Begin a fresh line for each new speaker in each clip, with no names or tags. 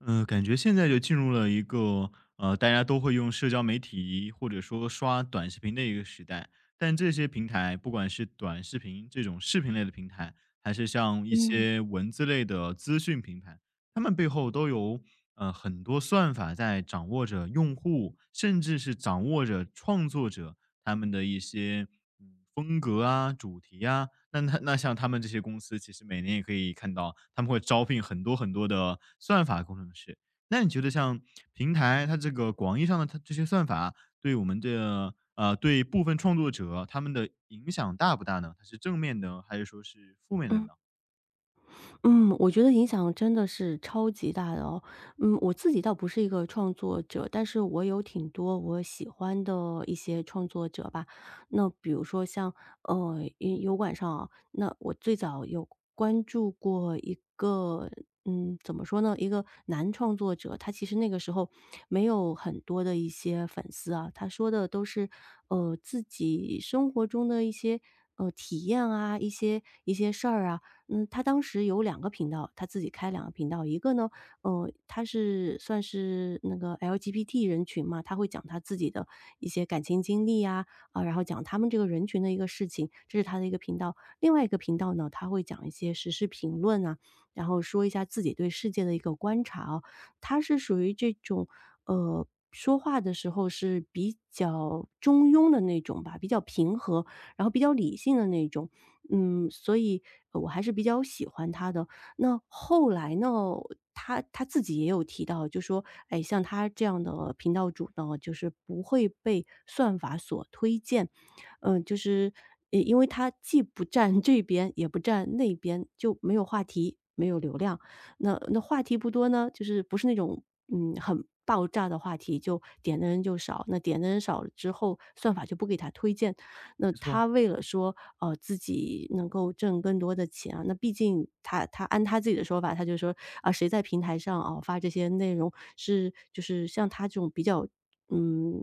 嗯，感觉现在就进入了一个大家都会用社交媒体或者说刷短视频的一个时代。但这些平台，不管是短视频这种视频类的平台，还是像一
嗯
些文字类的资讯平台，它们背后都有很多算法在掌握着用户，甚至是掌握着创作者他们的一些，风格啊、主题啊。那像他们这些公司，其实每年也可以看到，他们会招聘很多很多的算法工程师。那你觉得像平台，它这个广义上的它这些算法，对我们的对部分创作者，他们的影响大不大呢？它是正面的还是说是负面的
嗯
呢？
嗯，我觉得影响真的是超级大的哦。嗯，我自己倒不是一个创作者，但是我有挺多我喜欢的一些创作者吧。那比如说像油管上啊，那我最早有关注过一个，嗯，怎么说呢，一个男创作者，他其实那个时候没有很多的一些粉丝啊，他说的都是自己生活中的一些。呃，体验啊，一些事儿啊，嗯，他当时有两个频道，他自己开两个频道。一个呢，呃，他是算是那个 LGBT 人群嘛，他会讲他自己的一些感情经历呀，啊，然后讲他们这个人群的一个事情，这是他的一个频道。另外一个频道呢，他会讲一些时事评论啊，然后说一下自己对世界的一个观察哦。他是属于这种，呃，说话的时候是比较中庸的那种吧，比较平和，然后比较理性的那种。嗯，所以我还是比较喜欢他的。那后来呢，他自己也有提到，就说，哎，像他这样的频道主呢，就是不会被算法所推荐，嗯、就是，因为他既不占这边，也不占那边，就没有话题，没有流量。那话题不多呢，就是不是那种嗯很爆炸的话题，就点的人就少。那点的人少了之后，算法就不给他推荐。那
没错。
他为了说，呃，自己能够挣更多的钱啊，那毕竟他按他自己的说法，他就说啊，谁在平台上啊发这些内容，是就是像他这种比较，嗯，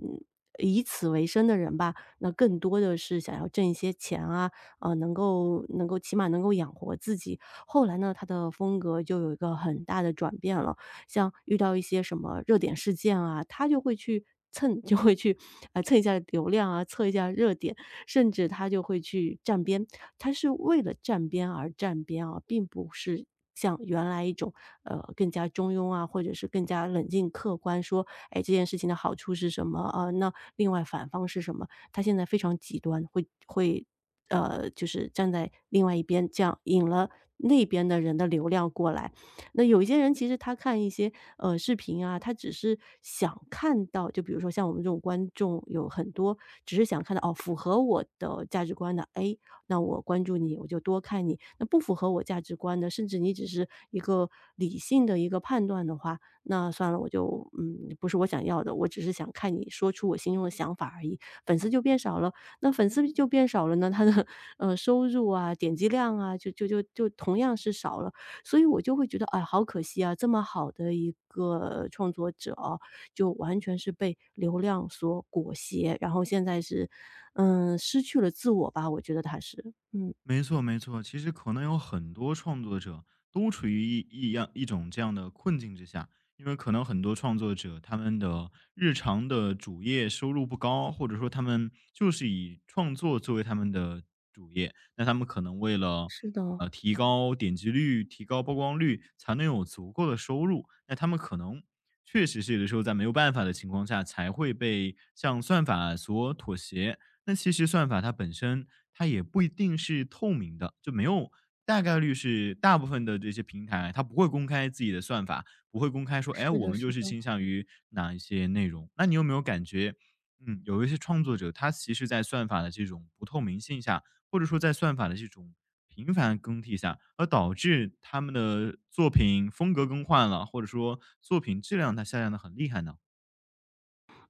以此为生的人吧，那更多的是想要挣一些钱啊，啊，能够起码能够养活自己。后来呢，他的风格就有一个很大的转变了，像遇到一些什么热点事件啊，他就会去蹭，就会去啊、蹭一下流量啊，蹭一下热点，甚至他就会去站边。他是为了站边而站边啊，并不是像原来一种，呃，更加中庸啊，或者是更加冷静客观说，哎，这件事情的好处是什么？啊，那另外反方是什么？他现在非常极端，呃，就是站在另外一边，这样引了那边的人的流量过来，那有一些人其实他看一些视频啊，他只是想看到，就比如说像我们这种观众有很多，只是想看到哦符合我的价值观的 A,那我关注你，我就多看你。那不符合我价值观的，甚至你只是一个理性的一个判断的话，那算了，我就不是我想要的，我只是想看你说出我心中的想法而已。粉丝就变少了，那粉丝就变少了呢，他的收入啊、点击量啊，就同样是少了。所以我就会觉得，哎，好可惜啊，这么好的一个创作者哦，就完全是被流量所裹挟，然后现在是，嗯，失去了自我吧，我觉得他是，嗯，
没错，没错。其实可能有很多创作者都处于一样一种这样的困境之下，因为可能很多创作者他们的日常的主业收入不高，或者说他们就是以创作作为他们的主业，那他们可能为了
是的，
提高点击率、提高曝光率，才能有足够的收入，那他们可能。确实是有的时候在没有办法的情况下，才会被向算法所妥协，那其实算法它本身，它也不一定是透明的，就没有大概率是大部分的这些平台，它不会公开自己的算法，不会公开说，哎，
是
我
的
们就
是
是
的。
倾向于哪一些内容。那你有没有感觉，嗯，有一些创作者，他其实在算法的这种不透明性下，或者说在算法的这种频繁更替下，而导致他们的作品风格更换了，或者说作品质量它下降的很厉害呢？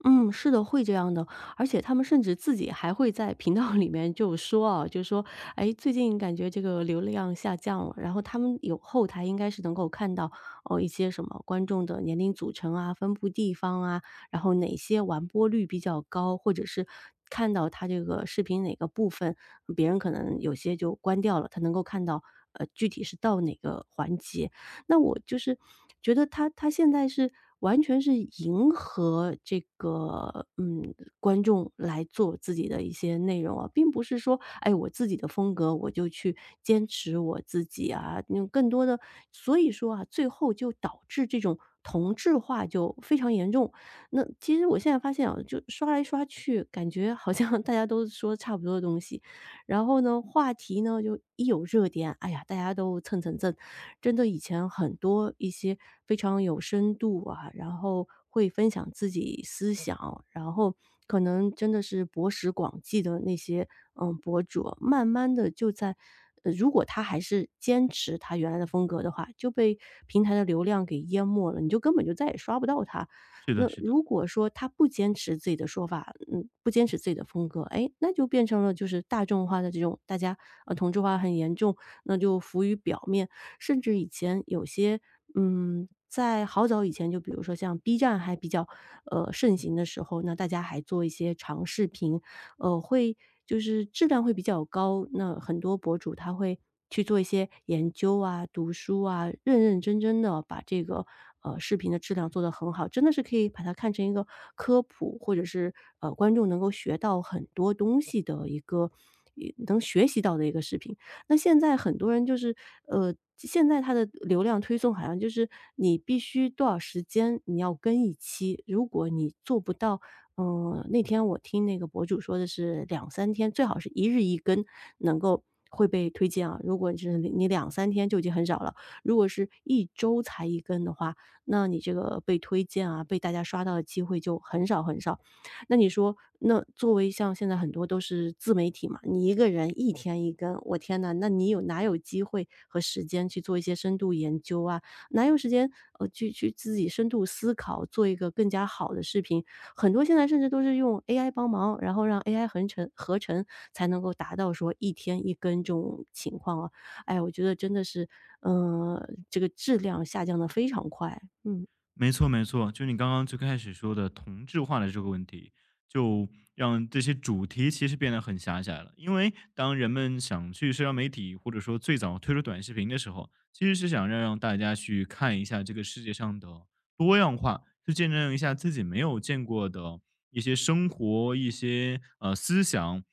嗯，是的，会这样的。而且他们甚至自己还会在频道里面就说啊，就说："哎，最近感觉这个流量下降了。"然后他们有后台应该是能够看到，哦一些什么观众的年龄组成啊、分布地方啊，然后哪些完播率比较高，或者是看到他这个视频哪个部分，别人可能有些就关掉了，他能够看到，呃，具体是到哪个环节。那我就是觉得他现在是完全是迎合这个，嗯，观众来做自己的一些内容啊，并不是说，哎，我自己的风格我就去坚持我自己啊，那更多的所以说啊，最后就导致这种同质化就非常严重。那其实我现在发现啊，就刷来刷去，感觉好像大家都说差不多的东西。然后呢，话题呢，就一有热点，哎呀，大家都蹭蹭蹭。真的以前很多一些非常有深度啊，然后会分享自己思想，然后可能真的是博识广记的那些，嗯，博主，慢慢的就在如果他还是坚持他原来的风格的话，就被平台的流量给淹没了，你就根本就再也刷不到他。
是的
那
是的。
如果说他不坚持自己的说法，嗯，不坚持自己的风格，哎，那就变成了就是大众化的这种，大家同质化很严重，那就浮于表面。甚至以前有些，嗯，在好早以前，就比如说像 B 站还比较盛行的时候，那大家还做一些长视频，呃，会就是质量会比较高。那很多博主他会去做一些研究啊、读书啊，认认真真的把这个视频的质量做得很好，真的是可以把它看成一个科普，或者是观众能够学到很多东西的一个，也能学习到的一个视频。那现在很多人就是呃，现在它的流量推送好像就是你必须多少时间你要更一期，如果你做不到嗯，那天我听那个博主说的是两三天，最好是一日一根，能够会被推荐啊。如果是你两三天就已经很少了，如果是一周才一根的话，那你这个被推荐啊，被大家刷到的机会就很少很少。那你说，那作为像现在很多都是自媒体嘛，你一个人一天一根，我天呐，那你有哪有机会和时间去做一些深度研究啊？哪有时间，呃，去自己深度思考，做一个更加好的视频？很多现在甚至都是用 AI 帮忙，然后让 AI 合成才能够达到说一天一根这种情况啊。哎，我觉得真的是，嗯，这个质量下降的非常快。嗯，
没错，没错，就你刚刚最开始说的同质化的这个问题，就让这些主题其实变得很狭窄了。因为当人们想去社交媒体，或者说最早推出短视频的时候，其实是想让大家去看一下这个世界上的多样化，去见证一下自己没有见过的一些生活、一些思想。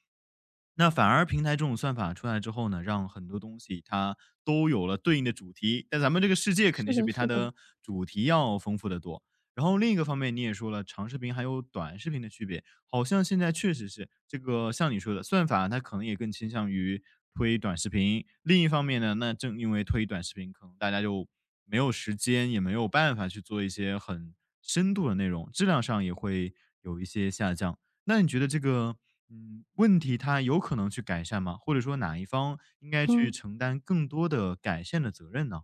那反而平台这种算法出来之后呢，让很多东西它都有了对应的主题，但咱们这个世界肯
是
定是
的，
比它
是的。
的主题要丰富的多。然后另一个方面，你也说了，长视频还有短视频的区别。好像现在确实是这个像你说的算法，它可能也更倾向于推短视频。另一方面呢，那正因为推短视频，可能大家就没有时间，也没有办法去做一些很深度的内容，质量上也会有一些下降。那你觉得这个，问题它有可能去改善吗？或者说哪一方应该去
嗯。
承担更多的改善的责任呢？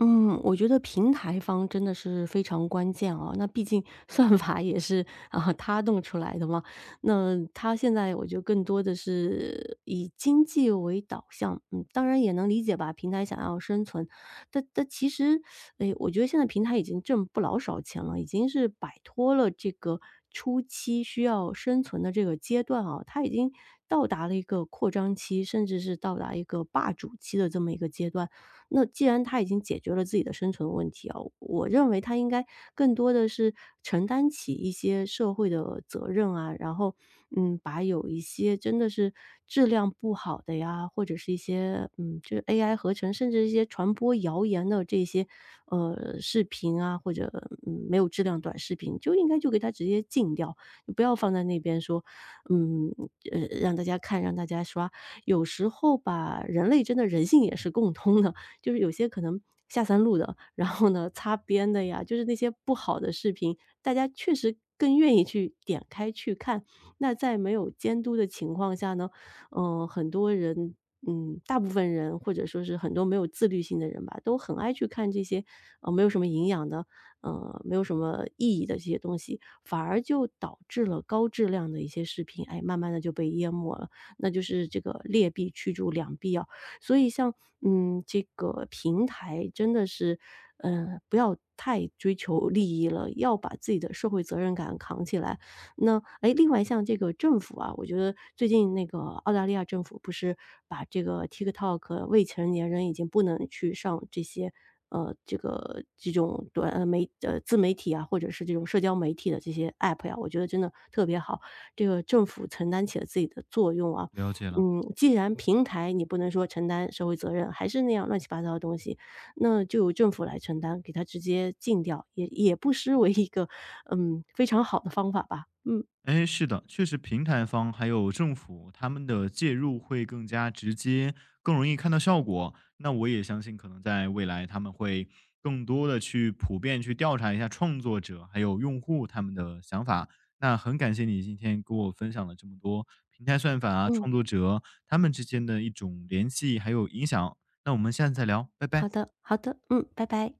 嗯，我觉得平台方真的是非常关键啊。那毕竟 算法也是啊，他弄出来的嘛。那他现在我觉得更多的是以经济为导向，嗯，当然也能理解吧，平台想要生存，但其实，哎，我觉得现在平台已经挣不老少钱了，已经是摆脱了这个初期需要生存的这个阶段啊，它已经到达了一个扩张期，甚至是到达一个霸主期的这么一个阶段。那既然他已经解决了自己的生存问题啊，我认为他应该更多的是承担起一些社会的责任啊，然后，嗯，把有一些真的是质量不好的呀，或者是一些，嗯，就是 AI 合成，甚至一些传播谣言的这些，呃，视频啊，或者，嗯，没有质量短视频，就应该就给它直接禁掉，就不要放在那边说，嗯，呃，让大家看，让大家刷。有时候吧，人类真的人性也是共通的，就是有些可能下三路的，然后呢，擦边的呀，就是那些不好的视频，大家确实更愿意去点开去看。那在没有监督的情况下呢，嗯、很多人，嗯，大部分人或者说是很多没有自律性的人吧，都很爱去看这些，呃，没有什么营养的，呃，没有什么意义的这些东西，反而就导致了高质量的一些视频，哎，慢慢的就被淹没了。那就是这个劣币驱逐良币啊，所以像，嗯，这个平台真的是，呃，不要太追求利益了，要把自己的社会责任感扛起来。那，哎，另外像这个政府啊，我觉得最近那个澳大利亚政府不是把这个 TikTok 未成年人已经不能去上这些，呃，这种短自媒体啊，或者是这种社交媒体的这些 App 呀，我觉得真的特别好。这个政府承担起了自己的作用啊，
了解了。
嗯，既然平台你不能说承担社会责任，还是那样乱七八糟的东西，那就由政府来承担，给它直接禁掉，也不失为一个，嗯，非常好的方法吧。嗯
哎，是的，确实平台方还有政府他们的介入会更加直接，更容易看到效果。那我也相信，可能在未来他们会更多的去普遍去调查一下创作者还有用户他们的想法。那很感谢你今天给我分享了这么多平台算法啊，
嗯，
创作者他们之间的一种联系还有影响。那我们下次再聊，拜拜。
好的好的，嗯，拜拜。